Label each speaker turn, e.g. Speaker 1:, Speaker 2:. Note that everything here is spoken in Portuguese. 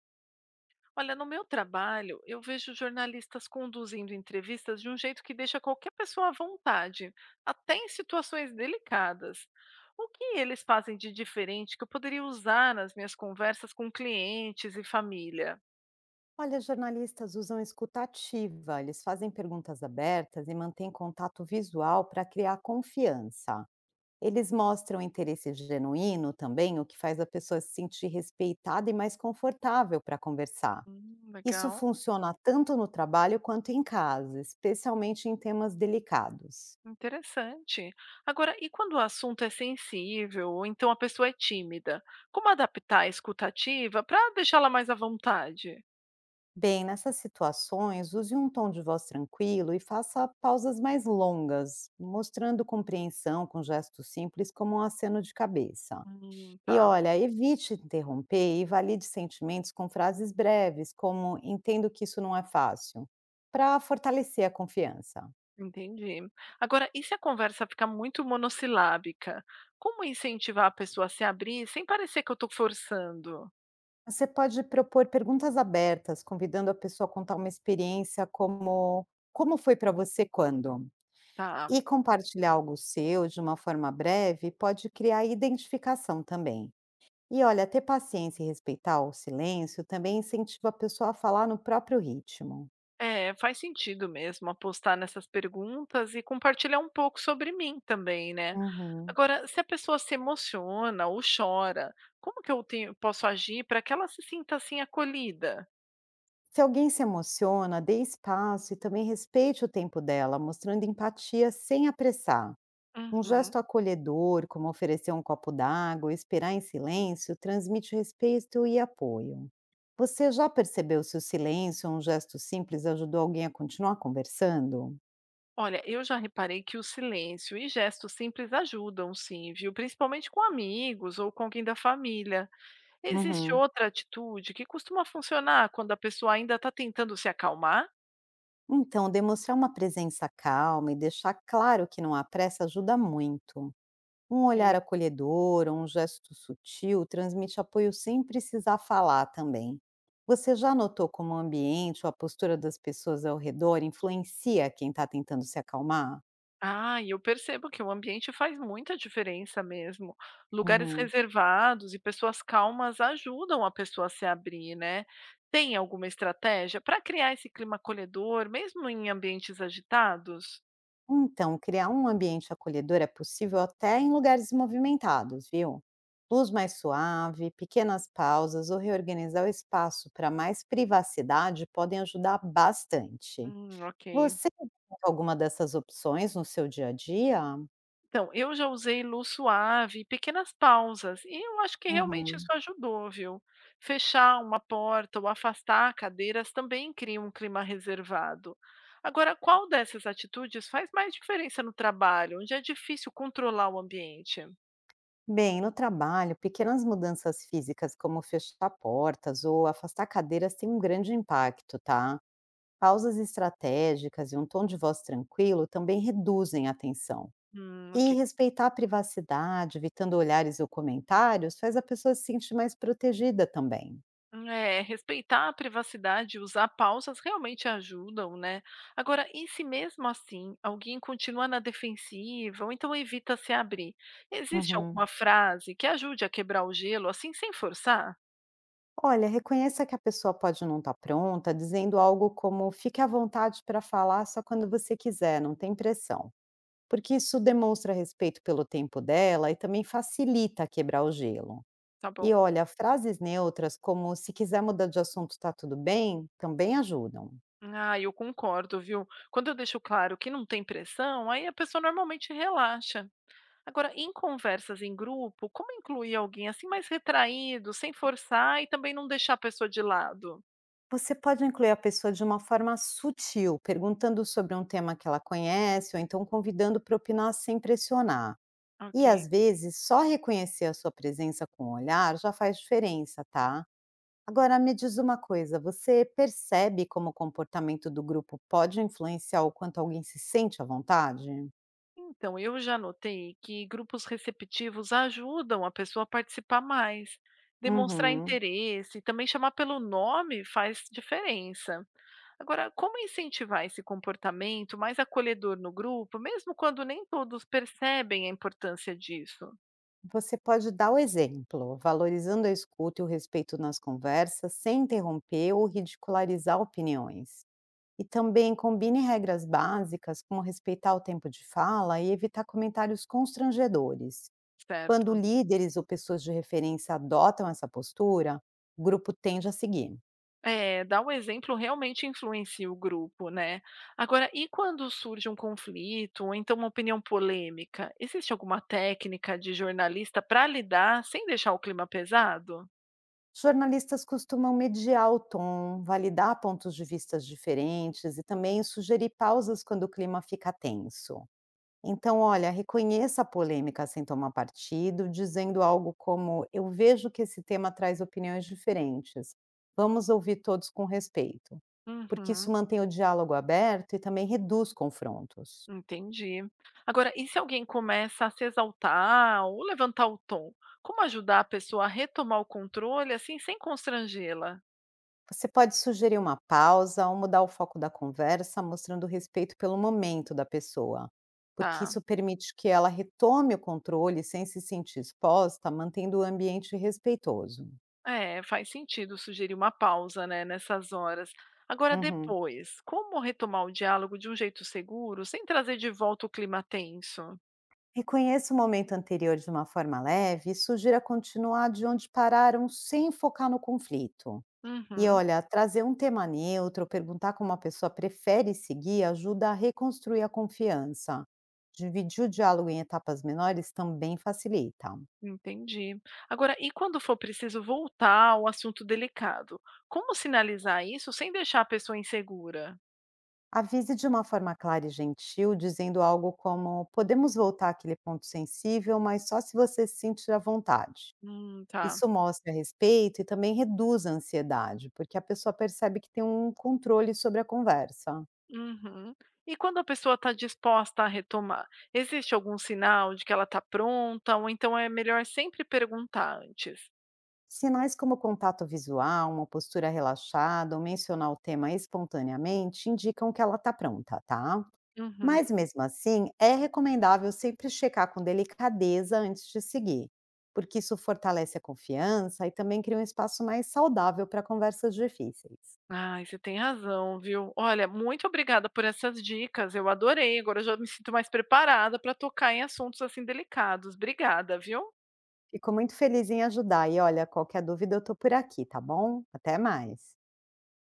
Speaker 1: Olha, no meu trabalho, eu vejo jornalistas conduzindo entrevistas de um jeito que deixa qualquer pessoa à vontade, até em situações delicadas. O que eles fazem de diferente que eu poderia usar nas minhas conversas com clientes e família?
Speaker 2: Olha, jornalistas usam escutativa, eles fazem perguntas abertas e mantêm contato visual para criar confiança. Eles mostram interesse genuíno também, o que faz a pessoa se sentir respeitada e mais confortável para conversar. Isso
Speaker 1: Legal,
Speaker 2: funciona tanto no trabalho quanto em casa, especialmente em temas delicados.
Speaker 1: interessante. Agora, e quando o assunto é sensível, ou então a pessoa é tímida, como adaptar a escutativa para deixá-la mais à vontade?
Speaker 2: Bem, nessas situações, use um tom de voz tranquilo e faça pausas mais longas, mostrando compreensão com gestos simples como um aceno de cabeça. E
Speaker 1: Tá.
Speaker 2: olha, evite interromper e valide sentimentos com frases breves, como entendo que isso não é fácil, para fortalecer a confiança.
Speaker 1: Entendi. Agora, e se a conversa ficar muito monossilábica? Como incentivar a pessoa a se abrir sem parecer que eu estou forçando?
Speaker 2: Você pode propor perguntas abertas, convidando a pessoa a contar uma experiência como foi para você quando?
Speaker 1: Tá.
Speaker 2: E compartilhar algo seu de uma forma breve pode criar identificação também. E olha, ter paciência e respeitar o silêncio também incentiva a pessoa a falar no próprio ritmo.
Speaker 1: É, faz sentido mesmo apostar nessas perguntas e compartilhar um pouco sobre mim também, né?
Speaker 2: Uhum.
Speaker 1: Agora, se a pessoa se emociona ou chora, como que posso agir para que ela se sinta assim acolhida?
Speaker 2: Se alguém se emociona, dê espaço e também respeite o tempo dela, mostrando empatia sem apressar. Um
Speaker 1: Uhum.
Speaker 2: gesto acolhedor, como oferecer um copo d'água ou esperar em silêncio, transmite respeito e apoio. Você já percebeu se o silêncio ou um gesto simples ajudou alguém a continuar conversando?
Speaker 1: Olha, eu já reparei que o silêncio e gestos simples ajudam, sim, viu? Principalmente com amigos ou com alguém da família. Existe
Speaker 2: Uhum.
Speaker 1: outra atitude que costuma funcionar quando a pessoa ainda está tentando se acalmar?
Speaker 2: Então, demonstrar uma presença calma e deixar claro que não há pressa ajuda muito. Um olhar
Speaker 1: E
Speaker 2: acolhedor ou um gesto sutil transmite apoio sem precisar falar também. Você já notou como o ambiente ou a postura das pessoas ao redor influencia quem está tentando se acalmar?
Speaker 1: ah, e eu percebo que o ambiente faz muita diferença mesmo. Lugares
Speaker 2: Uhum.
Speaker 1: reservados e pessoas calmas ajudam a pessoa a se abrir, né? Tem alguma estratégia para criar esse clima acolhedor, mesmo em ambientes agitados?
Speaker 2: Então, criar um ambiente acolhedor é possível até em lugares movimentados, viu? Luz mais suave, pequenas pausas ou reorganizar o espaço para mais privacidade podem ajudar bastante.
Speaker 1: Ok.
Speaker 2: Você tem alguma dessas opções no seu dia a dia?
Speaker 1: Então, eu já usei luz suave, pequenas pausas, e eu acho que realmente isso
Speaker 2: Uhum.
Speaker 1: ajudou, viu? Fechar uma porta ou afastar cadeiras também cria um clima reservado. Agora, qual dessas atitudes faz mais diferença no trabalho, onde é difícil controlar o ambiente?
Speaker 2: Bem, no trabalho, pequenas mudanças físicas, como fechar portas ou afastar cadeiras, têm um grande impacto, tá? Pausas estratégicas e um tom de voz tranquilo também reduzem a tensão.
Speaker 1: Ok.
Speaker 2: E respeitar a privacidade, evitando olhares ou comentários, faz a pessoa se sentir mais protegida também.
Speaker 1: É, respeitar a privacidade e usar pausas realmente ajudam, né? Agora, e se mesmo assim alguém continua na defensiva ou então evita se abrir? Existe
Speaker 2: Uhum.
Speaker 1: alguma frase que ajude a quebrar o gelo assim sem forçar?
Speaker 2: Olha, reconheça que a pessoa pode não estar pronta, dizendo algo como: fique à vontade para falar só quando você quiser, não tem pressão, porque isso demonstra respeito pelo tempo dela e também facilita quebrar o gelo.
Speaker 1: Tá bom.
Speaker 2: E olha, frases neutras como se quiser mudar de assunto tá tudo bem, também ajudam.
Speaker 1: Ah, eu concordo, viu? Quando eu deixo claro que não tem pressão, aí a pessoa normalmente relaxa. Agora, em conversas em grupo, como incluir alguém assim mais retraído, sem forçar e também não deixar a pessoa de lado?
Speaker 2: Você pode incluir a pessoa de uma forma sutil, perguntando sobre um tema que ela conhece ou então convidando para opinar sem pressionar.
Speaker 1: Ok.
Speaker 2: E às vezes, só reconhecer a sua presença com o olhar já faz diferença, tá? Agora me diz uma coisa, você percebe como o comportamento do grupo pode influenciar o quanto alguém se sente à vontade?
Speaker 1: Então, eu já notei que grupos receptivos ajudam a pessoa a participar mais, demonstrar
Speaker 2: Uhum.
Speaker 1: interesse, e também chamar pelo nome faz diferença. Agora, como incentivar esse comportamento mais acolhedor no grupo, mesmo quando nem todos percebem a importância disso,
Speaker 2: Você pode dar o exemplo, valorizando a escuta e o respeito nas conversas, sem interromper ou ridicularizar opiniões. E também combine regras básicas, como respeitar o tempo de fala e evitar comentários constrangedores. Quando
Speaker 1: certo?
Speaker 2: líderes ou pessoas de referência adotam essa postura, o grupo tende a seguir.
Speaker 1: É, dar o exemplo realmente influencia o grupo, né. Agora, e quando surge um conflito ou então uma opinião polêmica, existe alguma técnica de jornalista para lidar sem deixar o clima pesado?
Speaker 2: Jornalistas costumam mediar o tom, validar pontos de vistas diferentes e também sugerir pausas quando o clima fica tenso. Então, olha, reconheça a polêmica sem tomar partido, dizendo algo como: eu vejo que esse tema traz opiniões diferentes. Vamos ouvir todos com respeito. Porque
Speaker 1: Uhum,
Speaker 2: isso mantém o diálogo aberto e também reduz confrontos.
Speaker 1: entendi. Agora, e se alguém começa a se exaltar ou levantar o tom, como ajudar a pessoa a retomar o controle assim sem constrangê-la?
Speaker 2: Você pode sugerir uma pausa ou mudar o foco da conversa, mostrando respeito pelo momento da pessoa, porque
Speaker 1: Tá.
Speaker 2: isso permite que ela retome o controle sem se sentir exposta, mantendo o ambiente respeitoso.
Speaker 1: É, faz sentido sugerir uma pausa, né, nessas horas. Agora,
Speaker 2: Uhum.
Speaker 1: depois, como retomar o diálogo de um jeito seguro, sem trazer de volta o clima tenso?
Speaker 2: Reconheça o momento anterior de uma forma leve e sugira continuar de onde pararam sem focar no conflito. E
Speaker 1: Uhum,
Speaker 2: olha, trazer um tema neutro, perguntar como a pessoa prefere seguir, ajuda a reconstruir a confiança. Dividir o diálogo em etapas menores também facilita.
Speaker 1: entendi. Agora, e quando for preciso voltar ao assunto delicado? Como sinalizar isso sem deixar a pessoa insegura?
Speaker 2: Avise de uma forma clara e gentil, dizendo algo como: podemos voltar àquele ponto sensível, mas só se você se sentir à vontade.
Speaker 1: Tá.
Speaker 2: Isso mostra respeito e também reduz a ansiedade, porque a pessoa percebe que tem um controle sobre a conversa.
Speaker 1: Uhum. E quando a pessoa está disposta a retomar, existe algum sinal de que ela está pronta, ou então é melhor sempre perguntar antes?
Speaker 2: Sinais como contato visual, uma postura relaxada ou mencionar o tema espontaneamente indicam que ela está pronta, tá? Mas
Speaker 1: Uhum.
Speaker 2: mesmo assim, é recomendável sempre checar com delicadeza antes de seguir, porque isso fortalece a confiança e também cria um espaço mais saudável para conversas difíceis.
Speaker 1: Ai, você tem razão, viu. Olha, muito obrigada por essas dicas, eu adorei, agora eu já me sinto mais preparada para tocar em assuntos, assim, delicados. Obrigada, viu.
Speaker 2: Fico muito feliz em ajudar e olha, qualquer dúvida eu tô por aqui, tá bom? Até mais.